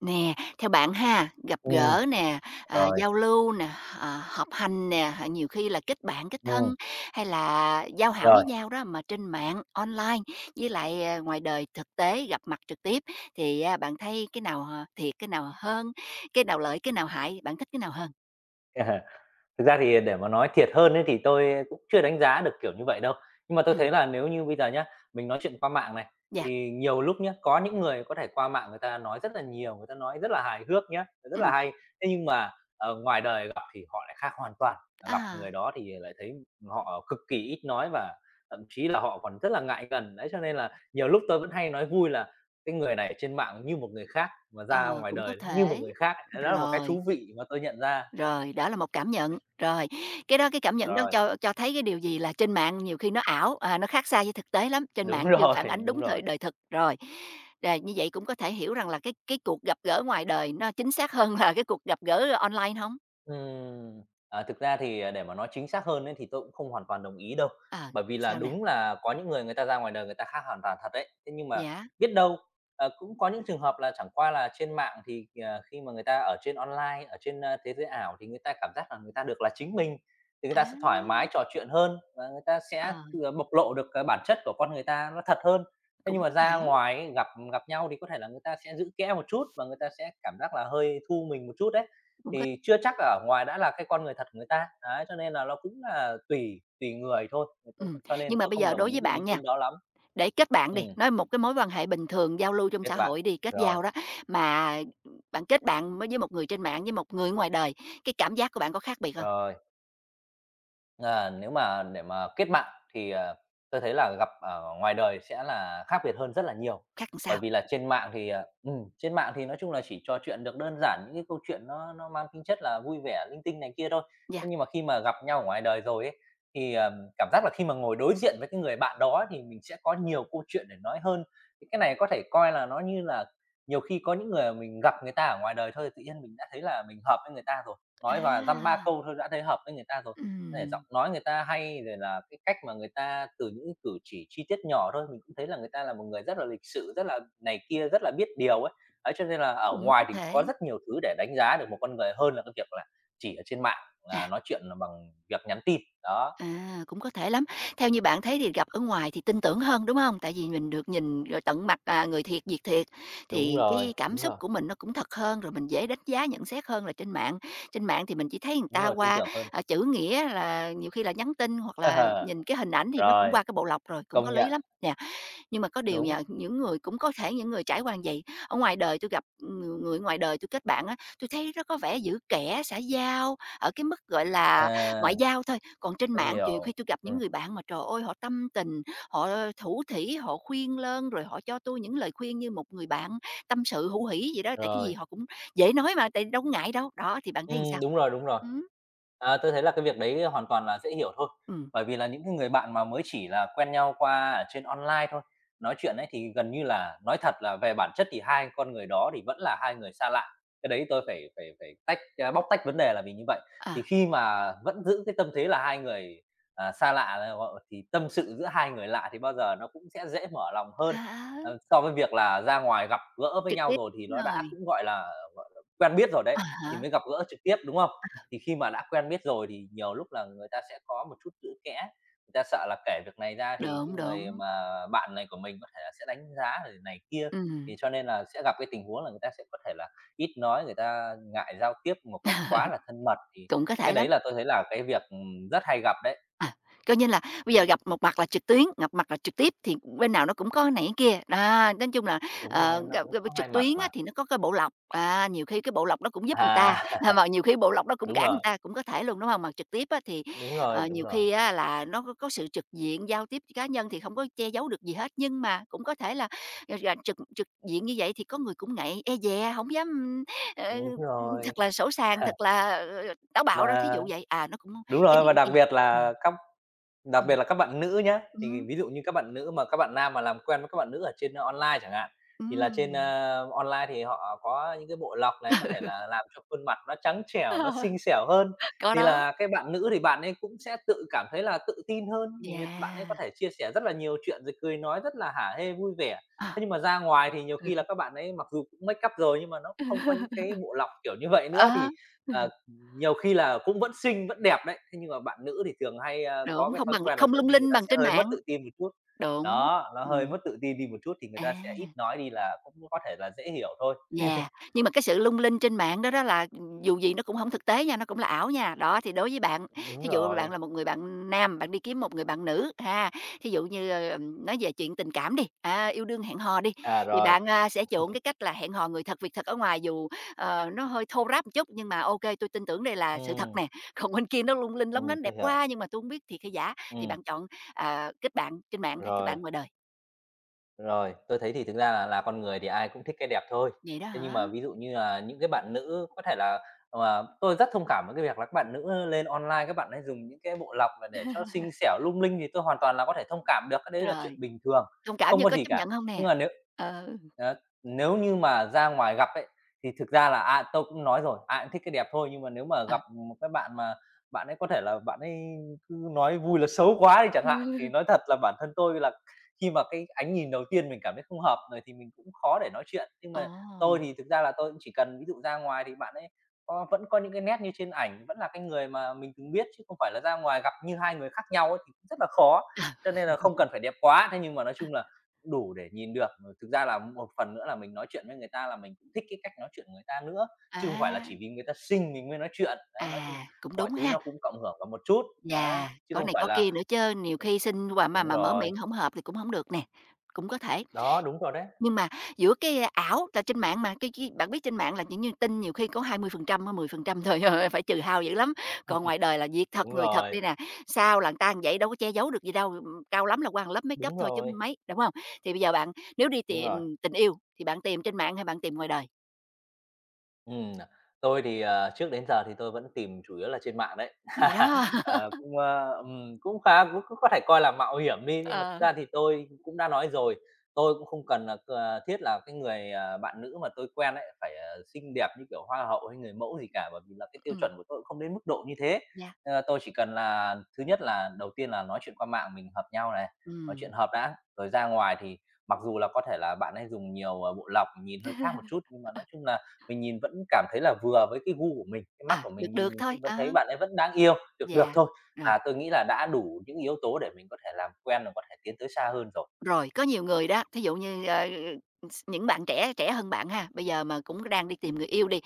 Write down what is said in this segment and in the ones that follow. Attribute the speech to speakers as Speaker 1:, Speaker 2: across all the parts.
Speaker 1: Nè, theo bạn ha, gặp
Speaker 2: Ừ
Speaker 1: gỡ nè, à,
Speaker 2: rồi,
Speaker 1: giao lưu nè, ờ, họp hành nè, nhiều khi là kết bạn, kết thân
Speaker 2: ừ
Speaker 1: hay là giao hảo với
Speaker 2: rồi.
Speaker 1: nhau đó mà trên mạng, online với lại, à, ngoài đời thực tế gặp mặt trực tiếp thì, a, bạn thấy cái nào, ờ, thiệt, cái nào hơn, cái nào lợi, cái nào hại, bạn thích cái nào hơn?
Speaker 2: Thực ra thì để mà nói thiệt hơn ấy thì tôi cũng chưa đánh giá được kiểu như vậy đâu. Nhưng mà tôi thấy
Speaker 1: Ừm,
Speaker 2: là nếu như bây giờ nhá, mình nói chuyện qua mạng này,
Speaker 1: yeah,
Speaker 2: thì nhiều lúc nhá, có những người có thể qua mạng người ta nói rất là nhiều, người ta nói rất là hài hước nhá, rất là
Speaker 1: ừm,
Speaker 2: hay. Thế nhưng mà, ngoài đời gặp thì họ lại khác hoàn toàn, à, gặp người
Speaker 1: à,
Speaker 2: đó thì lại thấy họ cực kỳ ít nói và thậm chí là họ còn rất là ngại gần. Đấy, cho nên là nhiều lúc tôi vẫn hay nói vui là "Cái người này trên mạng như một người khác, mà
Speaker 1: ờ,
Speaker 2: ra ngoài
Speaker 1: cũng có
Speaker 2: đời như một
Speaker 1: thể.
Speaker 2: người khác." Đấy, đó là một cái
Speaker 1: Rồi.
Speaker 2: thú vị mà tôi nhận ra.
Speaker 1: Rồi, đó là một cảm nhận. Rồi, cái cảm nhận đó
Speaker 2: Rồi.
Speaker 1: cho thấy cái điều gì? Là trên mạng nhiều khi nó ảo, à, nó khác xa với thực tế lắm, trên
Speaker 2: Đúng
Speaker 1: mạng chưa phản
Speaker 2: rồi,
Speaker 1: ánh
Speaker 2: đúng
Speaker 1: đúng thời
Speaker 2: rồi.
Speaker 1: đời thực. Rồi, rồi như vậy cũng có thể hiểu rằng là cái cuộc gặp gỡ ngoài đời nó chính xác hơn là cái cuộc gặp gỡ online hông?
Speaker 2: Ừm, à, thực ra thì, à, để mà nói chính xác hơn ấy thì tôi cũng không hoàn toàn đồng ý đâu.
Speaker 1: Ờ,
Speaker 2: Bởi vì là
Speaker 1: sao nè?
Speaker 2: đúng là có những người người ta ra ngoài đời người ta khác hoàn toàn thật đấy. Thế nhưng mà
Speaker 1: Dạ,
Speaker 2: biết đâu, cũng có những trường hợp là chẳng qua là trên mạng thì, khi mà người ta ở trên online, ở trên, thế giới ảo thì người ta cảm giác là người ta được là chính mình, thì người
Speaker 1: à,
Speaker 2: ta sẽ thoải mái trò chuyện hơn và người ta sẽ
Speaker 1: ờ,
Speaker 2: thừa bộc lộ được cái bản chất của con người ta nó thật hơn. Thế
Speaker 1: cũng
Speaker 2: nhưng mà
Speaker 1: có
Speaker 2: ra
Speaker 1: thể,
Speaker 2: ngoài ấy, gặp gặp nhau thì có thể là người ta sẽ giữ kẽ một chút và người ta sẽ cảm giác là hơi thu mình một chút đấy
Speaker 1: cũng có
Speaker 2: thì chưa chắc ở ngoài đã là cái con người thật của người ta. Đấy, cho nên là nó cũng là tùy tùy người thôi, thì tôi
Speaker 1: ừm,
Speaker 2: cho
Speaker 1: nhưng
Speaker 2: nên
Speaker 1: mà
Speaker 2: tôi
Speaker 1: bây
Speaker 2: không
Speaker 1: giờ
Speaker 2: đồng
Speaker 1: đối
Speaker 2: ý
Speaker 1: với
Speaker 2: với
Speaker 1: bạn
Speaker 2: ý
Speaker 1: nha.
Speaker 2: kiến đó lắm.
Speaker 1: Để kết bạn
Speaker 2: Ừm,
Speaker 1: đi, nói một cái mối quan hệ bình thường giao lưu trong
Speaker 2: kết
Speaker 1: xã
Speaker 2: bạn.
Speaker 1: hội đi, kết
Speaker 2: Rồi,
Speaker 1: giao đó, mà bạn kết bạn mới với một người trên mạng, với một người ngoài đời, cái cảm giác của bạn có khác biệt không?
Speaker 2: rồi. À, nếu mà để mà kết bạn thì, tôi thấy là gặp ở ngoài đời sẽ là khác biệt hơn rất là nhiều.
Speaker 1: Khác làm
Speaker 2: Bởi
Speaker 1: sao?
Speaker 2: vì là trên mạng thì, trên mạng thì nói chung là chỉ trò chuyện được đơn giản những cái câu chuyện nó mang tính chất là vui vẻ, linh tinh này kia thôi.
Speaker 1: Yeah.
Speaker 2: Thế nhưng mà khi mà gặp nhau ở ngoài đời rồi ấy, thì, cảm giác là khi mà ngồi đối diện với cái người bạn đó thì mình sẽ có nhiều câu chuyện để nói hơn. Thì cái này có thể coi là nó như là nhiều khi có những người mà mình gặp người ta ở ngoài đời thôi, tự nhiên mình đã thấy là mình hợp với người ta rồi, nói và dăm ba
Speaker 1: À,
Speaker 2: câu thôi đã thấy hợp với người ta rồi để
Speaker 1: ừm,
Speaker 2: giọng nói người ta hay, rồi là cái cách mà người ta từ những cử chỉ chi tiết nhỏ thôi, mình cũng thấy là người ta là một người rất là lịch sự, rất là này kia, rất là biết điều ấy. Ấy, cho nên là ở
Speaker 1: cũng có
Speaker 2: ngoài thì
Speaker 1: thể.
Speaker 2: có rất nhiều thứ để đánh giá được một con người hơn là cái việc là chỉ ở trên mạng là
Speaker 1: À.
Speaker 2: nói chuyện là bằng việc nhắn tin, đó.
Speaker 1: À, cũng có thể lắm. Theo như bạn thấy thì gặp ở ngoài thì tin tưởng hơn, đúng không? Tại vì mình được nhìn rồi tận mặt, à, người thiệt, việc thiệt,
Speaker 2: Đúng
Speaker 1: thì
Speaker 2: rồi,
Speaker 1: cái cảm
Speaker 2: đúng
Speaker 1: xúc
Speaker 2: rồi,
Speaker 1: của mình nó cũng thật hơn, rồi mình dễ đánh giá, nhận xét hơn là trên mạng. Trên mạng thì mình chỉ thấy người
Speaker 2: đúng
Speaker 1: ta
Speaker 2: rồi, tin
Speaker 1: qua,
Speaker 2: tưởng hơn.
Speaker 1: à, chữ nghĩa là nhiều khi là nhắn tin hoặc là nhìn cái hình ảnh thì nó cũng
Speaker 2: Rồi,
Speaker 1: qua cái bộ lọc rồi, cũng có
Speaker 2: công
Speaker 1: lý
Speaker 2: nhận,
Speaker 1: lắm. Nè, nhưng mà có điều
Speaker 2: đúng.
Speaker 1: nhờ những người cũng có thể những người trải qua như vậy, ở ngoài đời tôi gặp người người ngoài đời tôi kết bạn á, tôi thấy nó có vẻ giữ kẻ, xã giao ở cái mức, gọi là,
Speaker 2: À,
Speaker 1: ngoại giao thôi. Còn trên
Speaker 2: tôi
Speaker 1: mạng nhiều khi
Speaker 2: hiểu.
Speaker 1: tôi gặp những
Speaker 2: Ừm.
Speaker 1: người bạn mà, trời ơi, họ tâm tình, họ thủ thỉ, họ khuyên lơn, rồi họ cho tôi những lời khuyên như một người bạn tâm sự hữu hỷ gì đó, tại cái gì
Speaker 2: Rồi.
Speaker 1: họ cũng dễ nói mà, tại đâu có ngại đâu. Đó, thì bạn thấy làm sao?
Speaker 2: Đúng rồi, đúng rồi.
Speaker 1: Ừ,
Speaker 2: À, tôi thấy là cái việc đấy hoàn toàn là dễ hiểu thôi,
Speaker 1: ừm,
Speaker 2: bởi vì là những cái người bạn mà mới chỉ là quen nhau qua ở trên online thôi, nói chuyện ấy thì gần như là nói thật là về bản chất thì hai con người đó thì vẫn là hai người xa lạ. Cái đấy tôi phải phải phải tách, bóc tách vấn đề là vì như vậy.
Speaker 1: ờ,
Speaker 2: Thì khi mà vẫn giữ cái tâm thế là hai người, à, xa lạ là gọi thì tâm sự giữa hai người lạ thì bao giờ nó cũng sẽ dễ mở lòng hơn,
Speaker 1: à,
Speaker 2: so với việc là ra ngoài gặp gỡ với
Speaker 1: trực
Speaker 2: nhau
Speaker 1: tiếp,
Speaker 2: rồi thì
Speaker 1: đúng
Speaker 2: nó đã
Speaker 1: rồi.
Speaker 2: cũng, gọi là, quen biết rồi đấy
Speaker 1: À
Speaker 2: thì
Speaker 1: hả,
Speaker 2: mới gặp gỡ trực tiếp, đúng không? Thì khi mà đã quen biết rồi thì nhiều lúc là người ta sẽ có một chút giữ kẽ, người ta sợ là kể việc này ra thì cái
Speaker 1: đúng,
Speaker 2: người
Speaker 1: đúng,
Speaker 2: mà bạn này của mình có thể là sẽ đánh giá rồi này kia,
Speaker 1: ừ,
Speaker 2: thì cho nên là sẽ gặp cái tình huống là người ta sẽ có thể là ít nói, người ta ngại giao tiếp một cách quá là thân mật, thì
Speaker 1: cũng có
Speaker 2: cái
Speaker 1: thể lắm.
Speaker 2: đấy là tôi thấy là cái việc, rất hay gặp đấy.
Speaker 1: À, coi như là bây giờ gặp một mặt là trực tuyến, gặp mặt là trực tiếp thì bên nào nó cũng có cái này cái kia. Đó, nói chung là,
Speaker 2: Đúng
Speaker 1: ờ,
Speaker 2: rồi, nó
Speaker 1: gặp
Speaker 2: cũng
Speaker 1: gặp
Speaker 2: có hai
Speaker 1: trực
Speaker 2: mặt
Speaker 1: tuyến á
Speaker 2: mà.
Speaker 1: thì nó có cái bộ lọc, à, nhiều khi cái bộ lọc nó cũng giúp
Speaker 2: À,
Speaker 1: người ta, mà nhiều khi bộ lọc nó cũng
Speaker 2: đúng
Speaker 1: cản người
Speaker 2: rồi,
Speaker 1: ta, cũng có thể luôn, đúng hông? Mà trực tiếp á thì,
Speaker 2: đúng rồi,
Speaker 1: ờ,
Speaker 2: đúng
Speaker 1: nhiều
Speaker 2: rồi,
Speaker 1: khi á là nó có sự trực diện, giao tiếp cá nhân thì không có che giấu được gì hết, nhưng mà cũng có thể là, ờ, là trực trực diện như vậy thì có người cũng ngại, e dè, không dám, ờ,
Speaker 2: đúng rồi.
Speaker 1: thật là sỗ sàng, thật là, ờ, táo bạo đó, thí
Speaker 2: Và
Speaker 1: dụ vậy. À, nó cũng
Speaker 2: đúng
Speaker 1: cái
Speaker 2: rồi,
Speaker 1: này
Speaker 2: và
Speaker 1: cái
Speaker 2: đặc
Speaker 1: kia.
Speaker 2: biệt
Speaker 1: Ừm.
Speaker 2: là các Đặc biệt
Speaker 1: Ừm.
Speaker 2: là các bạn nữ nhá, thì
Speaker 1: Ừm,
Speaker 2: ví dụ như các bạn nữ mà các bạn nam mà làm quen với các bạn nữ ở trên online chẳng hạn, thì là trên,
Speaker 1: ừm.
Speaker 2: online thì họ có những cái bộ lọc này, có thể là làm cho khuôn mặt nó trắng trẻo, nó xinh xẻo hơn,
Speaker 1: Có
Speaker 2: thì
Speaker 1: đó.
Speaker 2: là cái bạn nữ thì bạn ấy cũng sẽ tự cảm thấy là tự tin hơn, thì người bạn ấy
Speaker 1: Yeah.
Speaker 2: có thể chia sẻ rất là nhiều chuyện rồi cười nói rất là hả hê vui vẻ.
Speaker 1: Ờ.
Speaker 2: Thế nhưng mà ra ngoài thì nhiều khi là các bạn ấy mặc dù cũng make up rồi nhưng mà nó cũng không có những cái bộ lọc kiểu như vậy nữa
Speaker 1: Ờ.
Speaker 2: thì, ờ, nhiều khi là cũng vẫn xinh, vẫn đẹp đấy, thế nhưng mà bạn nữ thì thường hay, có
Speaker 1: Đúng,
Speaker 2: cái
Speaker 1: không
Speaker 2: thói
Speaker 1: bằng
Speaker 2: quen là,
Speaker 1: không
Speaker 2: kiểu
Speaker 1: lung
Speaker 2: như, người
Speaker 1: linh
Speaker 2: ta
Speaker 1: bằng
Speaker 2: sẽ
Speaker 1: trên
Speaker 2: hơi mất
Speaker 1: mạng.
Speaker 2: tự tin một chút.
Speaker 1: Đúng.
Speaker 2: Đó, nó hơi
Speaker 1: Ừm,
Speaker 2: mất tự tin đi một chút thì người
Speaker 1: à.
Speaker 2: ta sẽ ít nói đi là cũng có thể là dễ hiểu thôi.
Speaker 1: Yeah, nhưng mà cái sự lung linh trên mạng đó đó là, dù gì nó cũng không thực tế nha, nó cũng là ảo nha. Đó, thì đối với bạn,
Speaker 2: Đúng
Speaker 1: thí dụ bạn
Speaker 2: rồi.
Speaker 1: là một người bạn nam, bạn đi kiếm một người bạn nữ ha, thí dụ như, ờ, nói về chuyện tình cảm đi, à, yêu đương hẹn hò đi,
Speaker 2: À,
Speaker 1: thì
Speaker 2: rồi.
Speaker 1: bạn, à, sẽ chuộng cái cách là hẹn hò người thật việc thật ở ngoài dù, ờ, nó hơi thô ráp một chút nhưng mà ok, tôi tin tưởng đây là
Speaker 2: Ừ.
Speaker 1: sự thật nè. Còn bên kia nó lung linh lóng lánh
Speaker 2: Tôi
Speaker 1: đẹp
Speaker 2: hiểu.
Speaker 1: quá nhưng mà tôi hông biết thiệt hay giả, thì
Speaker 2: Ừ
Speaker 1: bạn chọn, à, kết bạn trên mạng hay kết
Speaker 2: rồi.
Speaker 1: bạn ngoài đời?
Speaker 2: Rồi, tôi thấy thì thực ra là con người thì ai cũng thích cái đẹp thôi.
Speaker 1: Vậy đó
Speaker 2: Thế nhưng mà
Speaker 1: hả?
Speaker 2: ví dụ như là những cái bạn nữ có thể là tôi rất thông cảm với cái việc là các bạn nữ lên online các bạn ấy dùng những cái bộ lọc là để cho xinh xẻo lung linh thì tôi hoàn toàn là có thể thông cảm được, cái đấy là chuyện
Speaker 1: Rồi.
Speaker 2: bình thường,
Speaker 1: Thông cảm
Speaker 2: không
Speaker 1: nhưng
Speaker 2: có
Speaker 1: có
Speaker 2: gì
Speaker 1: chấp
Speaker 2: cả.
Speaker 1: nhận hông nè?
Speaker 2: Nhưng mà nếu
Speaker 1: Ừ,
Speaker 2: đó, nếu như mà ra ngoài gặp ấy, thì thực ra là, à, tôi cũng nói rồi, ai cũng thích cái đẹp thôi, nhưng mà nếu mà
Speaker 1: ờ.
Speaker 2: gặp một cái bạn mà bạn ấy có thể là bạn ấy cứ nói vui là xấu quá đi chẳng hạn, thì nói thật là bản thân tôi là khi mà cái ánh nhìn đầu tiên mình cảm thấy không hợp rồi thì mình cũng khó để nói chuyện. Nhưng mà tôi
Speaker 1: Ồ,
Speaker 2: thì thực ra là tôi cũng chỉ cần ví dụ ra ngoài thì bạn ấy có vẫn có những cái nét như trên ảnh, vẫn là cái người mà mình từng biết chứ không phải là ra ngoài gặp như hai người khác nhau ấy thì cũng rất là khó.
Speaker 1: ờ,
Speaker 2: Cho nên là không cần phải đẹp quá, thế nhưng mà nói chung là đủ để nhìn được. Rồi thực ra là một phần nữa là mình nói chuyện với người ta là mình cũng thích cái cách nói chuyện của người ta nữa, chứ không phải là
Speaker 1: á,
Speaker 2: chỉ vì người ta xinh mình mới nói chuyện. Đấy, nói chung
Speaker 1: à, cũng
Speaker 2: mọi
Speaker 1: đúng
Speaker 2: thứ
Speaker 1: ha.
Speaker 2: nó cũng cộng hưởng vào một chút, đấy,
Speaker 1: Chà,
Speaker 2: chứ
Speaker 1: có
Speaker 2: không
Speaker 1: này
Speaker 2: phải
Speaker 1: có kia
Speaker 2: là
Speaker 1: nữa chớ nhiều khi xin quà mà
Speaker 2: đúng
Speaker 1: mà mở
Speaker 2: rồi,
Speaker 1: miệng hổng hợp thì cũng hổng được nè, cũng có thể.
Speaker 2: đó, đúng rồi đấy.
Speaker 1: Nhưng mà giữa cái, a, ảo là trên mạng mà, cái bạn biết trên mạng là những như tin nhiều khi có 20% mới 10% thôi, phải trừ hao dữ lắm. Còn ngoài đời là việc thật,
Speaker 2: Đúng
Speaker 1: người thật đây
Speaker 2: rồi,
Speaker 1: nè, sao là người ta làm vậy, đâu có che giấu được gì đâu, cao lắm là qua lớp makeup
Speaker 2: đúng
Speaker 1: thôi chứ
Speaker 2: rồi,
Speaker 1: mấy, đúng không? Thì bây giờ bạn nếu đi
Speaker 2: đúng
Speaker 1: tìm
Speaker 2: rồi.
Speaker 1: tình yêu thì bạn tìm trên mạng hay bạn tìm ngoài đời?
Speaker 2: À, tôi thì, trước đến giờ thì tôi vẫn tìm chủ yếu là trên mạng đấy.
Speaker 1: Vậy đó.
Speaker 2: Ờ, cũng khá cũng cũng có thể coi là mạo hiểm đi, nhưng mà thực
Speaker 1: Ờ,
Speaker 2: ra thì tôi cũng đã nói rồi, tôi cũng không cần là thiết là cái người, bạn nữ mà tôi quen ấy phải, xinh đẹp như kiểu hoa hậu hay người mẫu gì cả, bởi vì là cái tiêu
Speaker 1: ừm,
Speaker 2: chuẩn của tôi cũng không đến mức độ như thế.
Speaker 1: yeah,
Speaker 2: Tôi chỉ cần là thứ nhất là đầu tiên là nói chuyện qua mạng mình hợp nhau này, nói chuyện
Speaker 1: ừm.
Speaker 2: hợp đã, rồi ra ngoài thì mặc dù là có thể là bạn ấy dùng nhiều, bộ lọc nhìn hơi khác một chút, nhưng mà nói chung là mình nhìn vẫn cảm thấy là vừa với cái gu của mình, cái mắt
Speaker 1: À,
Speaker 2: của
Speaker 1: được
Speaker 2: mình nhìn
Speaker 1: được thôi,
Speaker 2: mình vẫn
Speaker 1: ờ,
Speaker 2: thấy bạn ấy vẫn đáng yêu, được được
Speaker 1: yeah,
Speaker 2: thôi
Speaker 1: rồi.
Speaker 2: là tôi nghĩ là đã đủ những yếu tố để mình có thể làm quen và có thể tiến tới xa hơn rồi.
Speaker 1: Rồi, có nhiều người đó, thí dụ như, ờ, ờ, những bạn trẻ trẻ hơn bạn ha, bây giờ mà cũng đang đi tìm người yêu đi,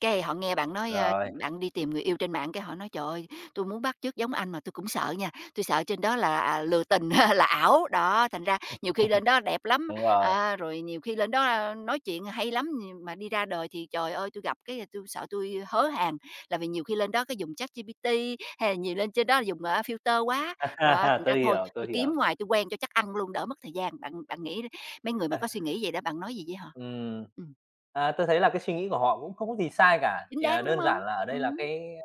Speaker 1: cái họ nghe bạn nói, ơ,
Speaker 2: Rồi,
Speaker 1: bạn đi tìm người yêu trên mạng cái họ nói: "Trời ơi, tui muốn bắt chước giống anh mà tôi cũng sợ nha, tôi sợ trên đó là, à, lừa tình là ảo." Đó, thành ra nhiều khi lên đó đẹp lắm,
Speaker 2: đúng rồi.
Speaker 1: à, rồi nhiều khi lên đó, a, nói chuyện hay lắm, nhưng mà đi ra đời thì, trời ơi, tôi gặp cái tôi sợ tôi hớ hàng, là vì nhiều khi lên đó cái dùng chat ChatGPT hay là nhiều lên trên đó dùng, ờ, filter quá, rồi thành ra
Speaker 2: Tôi
Speaker 1: thôi
Speaker 2: hiểu, tôi
Speaker 1: tôi kiếm
Speaker 2: hiểu.
Speaker 1: ngoài tôi quen cho chắc ăn luôn, đỡ mất thời gian. Bạn bạn nghĩ mấy người mà có suy nghĩ vậy đó, bạn nói gì với họ?
Speaker 2: Ừm.
Speaker 1: Ừm,
Speaker 2: À, tôi thấy là cái suy nghĩ của họ cũng không có gì sai cả,
Speaker 1: chính
Speaker 2: chỉ
Speaker 1: đáng,
Speaker 2: là
Speaker 1: đúng
Speaker 2: đơn
Speaker 1: không?
Speaker 2: giản là ở đây là
Speaker 1: Ừm,
Speaker 2: cái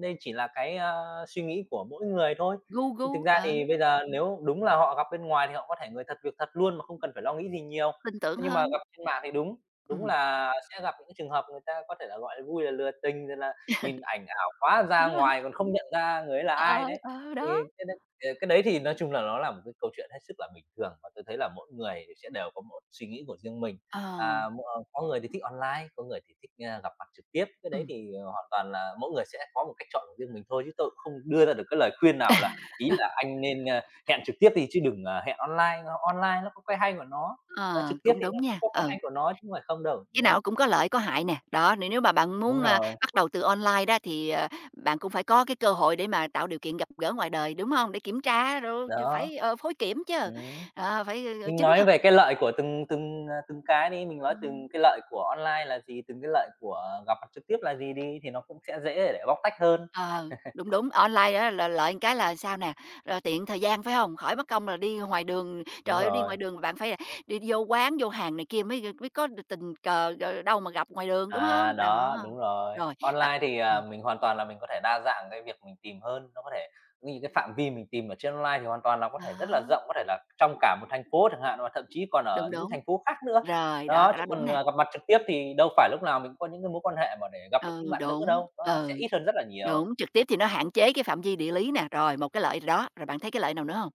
Speaker 2: đây chỉ là cái, suy nghĩ của mỗi người thôi.
Speaker 1: gu gu,
Speaker 2: Nhưng thực ra
Speaker 1: ờ,
Speaker 2: thì bây giờ nếu đúng là họ gặp bên ngoài thì họ có thể người thật việc thật luôn mà không cần phải lo nghĩ gì nhiều.
Speaker 1: tin tưởng
Speaker 2: Thế nhưng mà
Speaker 1: hơn.
Speaker 2: gặp trên mạng thì đúng, đúng
Speaker 1: Ừm.
Speaker 2: là sẽ gặp những trường hợp người ta có thể là, gọi là, vui là lừa tình, rồi là nhìn ảnh ảo quá ra ngoài còn không nhận ra người ấy là ai
Speaker 1: Ờ,
Speaker 2: đấy.
Speaker 1: ờ,
Speaker 2: Thì
Speaker 1: đó.
Speaker 2: cái cái đấy thì nói chung là nó là một cái câu chuyện hết sức là bình thường và tôi thấy là mỗi người sẽ đều có một suy nghĩ của riêng mình.
Speaker 1: Ờ,
Speaker 2: À, có người thì thích online, có người thì thích, gặp mặt trực tiếp, cái đấy
Speaker 1: ừm,
Speaker 2: thì, hoàn toàn là mỗi người sẽ có một cách chọn của riêng mình thôi, chứ tôi cũng không đưa ra được cái lời khuyên nào là ý là anh nên, hẹn trực tiếp đi chứ đừng, hẹn online nó có cái hay của nó,
Speaker 1: ờ,
Speaker 2: trực tiếp
Speaker 1: cũng
Speaker 2: thì
Speaker 1: đúng
Speaker 2: nó cũng
Speaker 1: nha,
Speaker 2: có cái
Speaker 1: ừ,
Speaker 2: hay của nó chứ không phải không đâu,
Speaker 1: cái
Speaker 2: đúng không?
Speaker 1: nào cũng có lợi có hại nè. Đó, nếu nếu mà bạn
Speaker 2: Đúng
Speaker 1: muốn, a,
Speaker 2: rồi,
Speaker 1: bắt đầu từ online đó thì, ờ, bạn cũng phải có cái cơ hội để mà tạo điều kiện gặp gỡ ngoài đời, đúng không? Để kiểm tra rồi
Speaker 2: đó,
Speaker 1: phải, ờ, phối kiểm chứ,
Speaker 2: ừm.
Speaker 1: ờ, phải, ơ,
Speaker 2: Mình
Speaker 1: chứng
Speaker 2: nói
Speaker 1: thực.
Speaker 2: về cái lợi của từng từng, à, từng cái đi, mình nói
Speaker 1: Ừm.
Speaker 2: từng cái lợi của online là gì, từng cái lợi của gặp mặt trực tiếp là gì đi, thì nó cũng sẽ dễ để bóc tách hơn.
Speaker 1: Ờ, đúng, đúng, online á là lợi một cái là sao nè, rồi tiện thời gian, phải không? Khỏi mất công là đi ngoài đường, trời
Speaker 2: Đúng
Speaker 1: ơi, đi
Speaker 2: rồi.
Speaker 1: ngoài đường bạn phải đi vô quán, vô hàng này kia mới mới có được tình cờ, rồi đâu mà gặp ngoài đường, đúng không?
Speaker 2: À, đó,
Speaker 1: Đó,
Speaker 2: đúng rồi.
Speaker 1: rồi bạn
Speaker 2: Online thì,
Speaker 1: ừm,
Speaker 2: mình hoàn toàn là mình có thể đa dạng cái việc mình tìm hơn, nó có thể như cái phạm vi mình tìm ở trên online thì hoàn toàn là có thể rất là
Speaker 1: đó,
Speaker 2: rộng, có thể là trong cả một thành phố chẳng hạn, và thậm chí còn
Speaker 1: đúng,
Speaker 2: ở những
Speaker 1: đúng,
Speaker 2: thành phố khác nữa.
Speaker 1: rồi, đó,
Speaker 2: Đó,
Speaker 1: cái
Speaker 2: chứ
Speaker 1: đó đúng
Speaker 2: còn,
Speaker 1: nè,
Speaker 2: gặp mặt trực tiếp thì đâu phải lúc nào mình cũng có những cái mối quan hệ mà để gặp được những bạn nữ đâu, nó sẽ
Speaker 1: ừ,
Speaker 2: ít hơn rất là nhiều.
Speaker 1: đúng, trực tiếp thì nó hạn chế cái phạm vi địa lý nè, rồi một cái lợi đó, rồi bạn thấy cái lợi nào nữa không?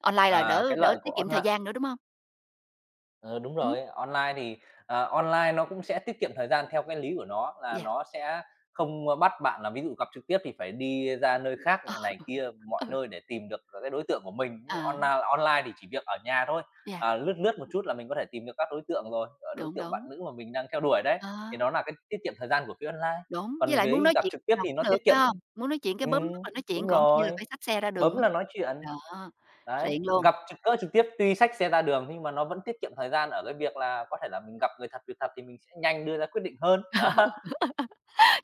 Speaker 1: Online là
Speaker 2: À,
Speaker 1: đỡ
Speaker 2: cái
Speaker 1: đỡ
Speaker 2: lợi
Speaker 1: tiết
Speaker 2: của
Speaker 1: kiệm thời
Speaker 2: online.
Speaker 1: gian nữa, đúng không?
Speaker 2: Ờ, đúng
Speaker 1: Ừm,
Speaker 2: rồi, online nó cũng sẽ tiết kiệm thời gian theo cái lý của nó là
Speaker 1: yeah,
Speaker 2: nó sẽ không bắt bạn là ví dụ gặp trực tiếp thì phải đi ra nơi khác này kia, mọi
Speaker 1: ừ,
Speaker 2: nơi để tìm được cái đối tượng của mình. Nhưng
Speaker 1: ờ,
Speaker 2: online online thì chỉ việc ở nhà thôi,
Speaker 1: yeah,
Speaker 2: lướt lướt một chút là mình có thể tìm được các đối tượng rồi, đối
Speaker 1: đúng,
Speaker 2: tượng bạn
Speaker 1: đúng,
Speaker 2: nữ mà mình đang theo đuổi đấy,
Speaker 1: ờ.
Speaker 2: thì đó là cái tiết kiệm thời gian của phía online.
Speaker 1: Đúng, với
Speaker 2: Còn
Speaker 1: lại muốn
Speaker 2: với
Speaker 1: nói
Speaker 2: gặp
Speaker 1: chuyện
Speaker 2: trực
Speaker 1: lúc
Speaker 2: tiếp
Speaker 1: nào
Speaker 2: thì
Speaker 1: cũng
Speaker 2: nó
Speaker 1: được,
Speaker 2: tiết
Speaker 1: phải
Speaker 2: kiệm,
Speaker 1: hông? Muốn nói chuyện cái bấm nút
Speaker 2: ừm,
Speaker 1: là nói chuyện,
Speaker 2: đúng
Speaker 1: còn kia là
Speaker 2: rồi,
Speaker 1: phải xách xe ra đường
Speaker 2: bấm
Speaker 1: mới
Speaker 2: là nói chuyện.
Speaker 1: đó,
Speaker 2: Đấy,
Speaker 1: xịn luôn.
Speaker 2: gặp trực tiếp tuy xách xe ra đường nhưng mà nó vẫn tiết kiệm thời gian ở cái việc là có thể là mình gặp người thật việc thật thì mình sẽ nhanh đưa ra quyết định hơn, đó.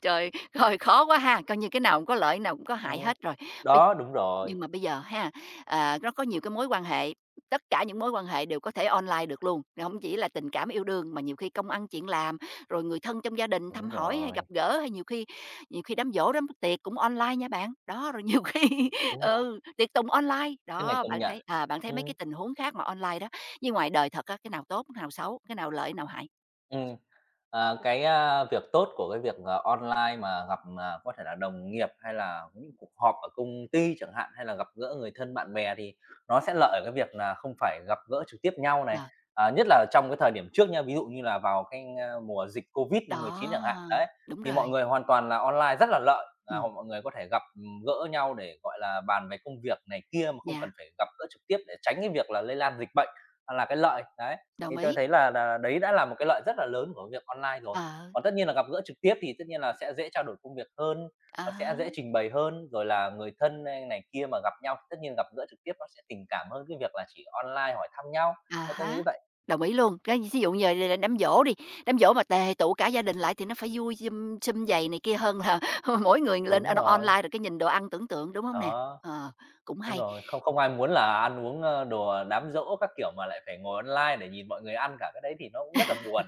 Speaker 1: Trời, rồi khó quá ha, coi như cái nào cũng có lợi, cái nào cũng có hại
Speaker 2: Ừm,
Speaker 1: hết rồi. Bây
Speaker 2: đó, đúng rồi,
Speaker 1: Nhưng mà bây giờ ha, à, nó có nhiều cái mối quan hệ, tất cả những mối quan hệ đều có thể online được luôn, rồi hổng chỉ là tình cảm yêu đương mà nhiều khi công ăn chuyện làm, rồi người thân trong gia đình
Speaker 2: đúng
Speaker 1: thăm hỏi hay
Speaker 2: rồi,
Speaker 1: gặp gỡ, hay nhiều khi đám giỗ, đám tiệc cũng online nha bạn. Đó, rồi nhiều khi
Speaker 2: đúng rồi,
Speaker 1: ừ, tiệc tùng online,
Speaker 2: cái này
Speaker 1: đó,
Speaker 2: công
Speaker 1: bạn
Speaker 2: nhận.
Speaker 1: thấy à, bạn thấy mấy
Speaker 2: Ừm,
Speaker 1: cái tình huống khác mà online đó, với ngoài đời thật á, cái nào tốt, cái nào xấu, cái nào lợi, cái nào hại?
Speaker 2: ừm. Cái việc tốt của cái việc, online mà gặp, có thể là đồng nghiệp hay là những cuộc họp ở công ty chẳng hạn, hay là gặp gỡ người thân bạn bè thì nó sẽ lợi ở cái việc là không phải gặp gỡ trực tiếp nhau này,
Speaker 1: Ờ,
Speaker 2: nhất là trong cái thời điểm trước nha, ví dụ như là vào cái, mùa dịch COVID-19 chẳng hạn,
Speaker 1: đó,
Speaker 2: đấy,
Speaker 1: đúng
Speaker 2: thì mọi
Speaker 1: rồi,
Speaker 2: người hoàn toàn là online rất là lợi, là
Speaker 1: ừm,
Speaker 2: mọi người có thể gặp gỡ nhau để, gọi là, bàn về công việc này kia mà không
Speaker 1: yeah,
Speaker 2: cần phải gặp gỡ trực tiếp để tránh cái việc là lây lan dịch bệnh, là cái lợi, đấy. Thì
Speaker 1: đồng
Speaker 2: tôi
Speaker 1: ý,
Speaker 2: thấy là đấy đã là một cái lợi rất là lớn của việc online rồi.
Speaker 1: ờ,
Speaker 2: Còn tất nhiên là gặp gỡ trực tiếp thì tất nhiên là sẽ dễ trao đổi công việc hơn,
Speaker 1: ờ.
Speaker 2: nó sẽ dễ trình bày hơn, rồi là người thân hay này kia mà gặp nhau thì tất nhiên gặp gỡ trực tiếp nó sẽ tình cảm hơn cái việc là chỉ online hỏi thăm nhau.
Speaker 1: À
Speaker 2: Thế tôi
Speaker 1: há,
Speaker 2: nghĩ vậy.
Speaker 1: đồng ý luôn. Cái ví dụ giờ giờ đám giỗ đi, đám giỗ mà tề tụ cả gia đình lại thì nó phải vui sum sum vầy này kia hơn là mỗi người lên
Speaker 2: Đúng rồi,
Speaker 1: online rồi cái nhìn đồ ăn tưởng tượng, đúng không nè?
Speaker 2: đó,
Speaker 1: Ờ, cũng
Speaker 2: đúng
Speaker 1: hay.
Speaker 2: rồi, không không ai muốn là ăn uống, đồ đám giỗ các kiểu mà lại phải ngồi online để nhìn mọi người ăn cả, cái đấy thì nó cũng rất là buồn.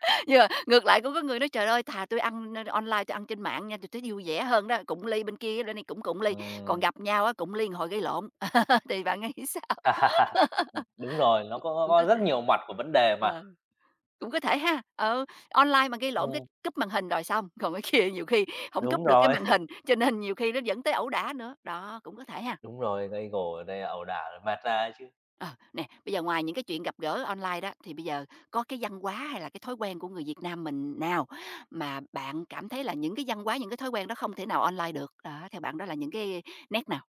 Speaker 1: Nhưng mà ngược lại cũng có người nói: "Trời ơi, thà tôi ăn online, tôi ăn trên mạng nha, tui thấy vui vẻ hơn đó, cụng ly bên kia, bên này cũng cụng ly, còn
Speaker 2: Ừm.
Speaker 1: gặp nhau á, cụng ly hồi gây lộn." thì bạn nghĩ sao?
Speaker 2: Đúng rồi, nó có
Speaker 1: Cũng
Speaker 2: có
Speaker 1: có
Speaker 2: rất
Speaker 1: thể.
Speaker 2: nhiều mặt của vấn đề mà.
Speaker 1: Ờ. Cũng có thể ha, ừ, online mà gây lộn cái
Speaker 2: Ừm,
Speaker 1: cúp màn hình rồi xong, còn cái kia nhiều khi không
Speaker 2: đúng
Speaker 1: cúp được cái
Speaker 2: rồi.
Speaker 1: màn hình, cho nên nhiều khi nó dẫn tới ẩu đả nữa, đó, cũng có thể ha.
Speaker 2: Đúng rồi, gây gổ này ẩu đả, mạt ra chứ.
Speaker 1: Ờ, nè, bây giờ ngoài những cái chuyện gặp gỡ online đó, thì bây giờ có cái văn hóa hay là cái thói quen của người Việt Nam mình nào mà bạn cảm thấy là những cái văn hóa, những cái thói quen đó không thể nào online được? Đó, theo bạn đó là những cái nét nào?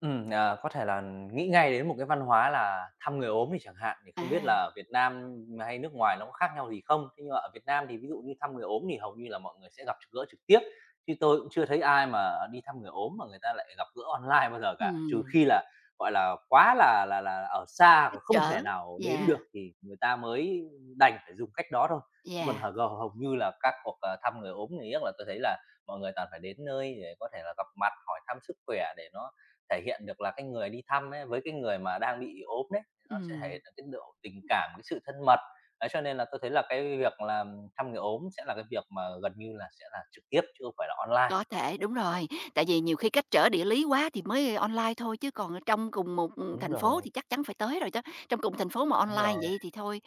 Speaker 2: À, có thể là nghĩ ngay đến một cái văn hóa là thăm người ốm đi chẳng hạn, thì không biết
Speaker 1: À,
Speaker 2: là ở Việt Nam hay nước ngoài nó có khác nhau gì không? Thế nhưng mà ở Việt Nam thì ví dụ như thăm người ốm thì hầu như là mọi người sẽ gặp gỡ trực tiếp, chứ tôi cũng chưa thấy ai mà đi thăm người ốm mà người ta lại gặp gỡ online bao giờ cả, trừ
Speaker 1: ừm,
Speaker 2: khi là, gọi là, quá là ở xa và
Speaker 1: trắc
Speaker 2: không
Speaker 1: trở,
Speaker 2: thể nào đến
Speaker 1: yeah,
Speaker 2: được thì người ta mới đành phải dùng cách đó thôi. Chứ còn
Speaker 1: yeah,
Speaker 2: hầu như là các cuộc, thăm người ốm thì chắc là tôi thấy là mọi người toàn phải đến nơi để có thể là gặp mặt, hỏi thăm sức khỏe để nó thể hiện được là cái người đi thăm ấy, với cái người mà đang bị ốm đấy, nó sẽ thể
Speaker 1: ừm.
Speaker 2: hiện được cái độ tình cảm, cái sự thân mật. Đấy, cho nên là tôi thấy là cái việc là thăm người ốm sẽ là cái việc mà gần như là sẽ là trực tiếp chứ không phải là online.
Speaker 1: Có thể, đúng rồi. Tại vì nhiều khi cách trở địa lý quá thì mới online thôi, chứ còn ở trong cùng một,
Speaker 2: Đúng
Speaker 1: thành phố
Speaker 2: rồi,
Speaker 1: thì chắc chắn phải tới rồi chứ. Trong cùng thành phố mà
Speaker 2: đúng
Speaker 1: online
Speaker 2: rồi,
Speaker 1: vậy thì thôi,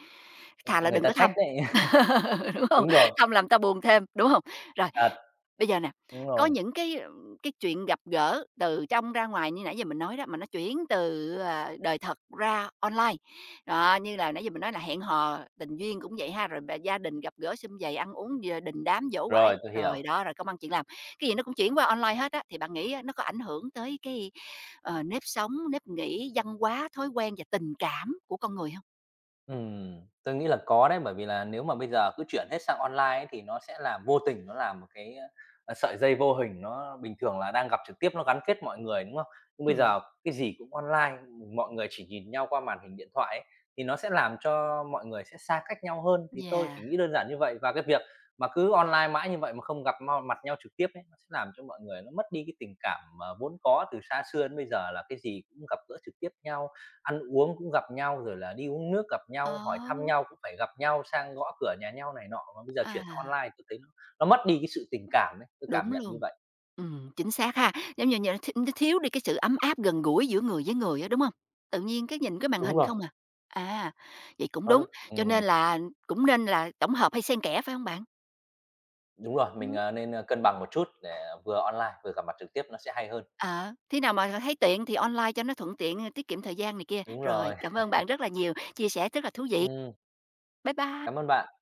Speaker 1: thà là
Speaker 2: người
Speaker 1: đừng
Speaker 2: ta
Speaker 1: có
Speaker 2: trách
Speaker 1: thăm,
Speaker 2: đấy.
Speaker 1: đúng không?
Speaker 2: Đúng rồi,
Speaker 1: Thăm làm ta buồn thêm, đúng không? Rồi,
Speaker 2: thật,
Speaker 1: bây giờ nè,
Speaker 2: đúng
Speaker 1: có
Speaker 2: rồi.
Speaker 1: những cái chuyện gặp gỡ từ trong ra ngoài như nãy giờ mình nói đó, mà nó chuyển từ, à, đời thật ra online. Đó, như là nãy giờ mình nói là hẹn hò, tình duyên cũng vậy ha, rồi bà gia đình gặp gỡ sum vầy, ăn uống, đình đám, giỗ quải,
Speaker 2: Rồi, tôi hiểu.
Speaker 1: rồi đó, rồi công ăn chuyện làm. Cái gì nó cũng chuyển qua online hết á, thì bạn nghĩ á, nó có ảnh hưởng tới cái, ờ, nếp sống, nếp nghĩ, văn hóa, thói quen và tình cảm của con người không?
Speaker 2: Tôi nghĩ là có đấy, bởi vì là nếu mà bây giờ cứ chuyển hết sang online ấy, thì nó sẽ làm vô tình nó làm một cái, sợi dây vô hình, nó bình thường là đang gặp trực tiếp nó gắn kết mọi người, đúng không? Nhưng bây
Speaker 1: Ừm,
Speaker 2: giờ cái gì cũng online, mọi người chỉ nhìn nhau qua màn hình điện thoại ấy, thì nó sẽ làm cho mọi người sẽ xa cách nhau hơn, thì tôi
Speaker 1: yeah,
Speaker 2: chỉ nghĩ đơn giản như vậy. Và cái việc mà cứ online mãi như vậy mà không gặp mặt nhau trực tiếp ấy, nó sẽ làm cho mọi người nó mất đi cái tình cảm mà vốn có từ xa xưa đến bây giờ là cái gì cũng gặp gỡ trực tiếp nhau. Ăn uống cũng gặp nhau, rồi là đi uống nước gặp nhau, hỏi
Speaker 1: ờ,
Speaker 2: thăm nhau cũng phải gặp nhau, sang gõ cửa nhà nhau này nọ, mà bây giờ chuyển sang
Speaker 1: à,
Speaker 2: online tôi thấy nó mất đi cái sự tình cảm ấy, tôi cảm
Speaker 1: đúng
Speaker 2: nhận như
Speaker 1: luôn,
Speaker 2: vậy.
Speaker 1: chính xác ha. Giống như như nó thiếu đi cái sự ấm áp gần gũi giữa người với người á, đúng không? Tự nhiên cái nhìn cái màn
Speaker 2: Đúng
Speaker 1: hình
Speaker 2: rồi,
Speaker 1: không à. À, vậy cũng
Speaker 2: nó
Speaker 1: đúng,
Speaker 2: rất.
Speaker 1: cho nên là cũng nên là tổng hợp hay xen kẽ, phải không bạn?
Speaker 2: Đúng rồi, mình, nên, cân bằng một chút để vừa online vừa gặp mặt trực tiếp nó sẽ hay hơn.
Speaker 1: Ờ, khi nào mà thấy tiện thì online cho nó thuận tiện, ờ, tiết kiệm thời gian này kia.
Speaker 2: Đúng
Speaker 1: Rồi,
Speaker 2: rồi,
Speaker 1: cảm ơn bạn rất là nhiều, chia sẻ rất là thú vị.
Speaker 2: ừm,
Speaker 1: Bye
Speaker 2: cảm
Speaker 1: bye.
Speaker 2: ơn bạn.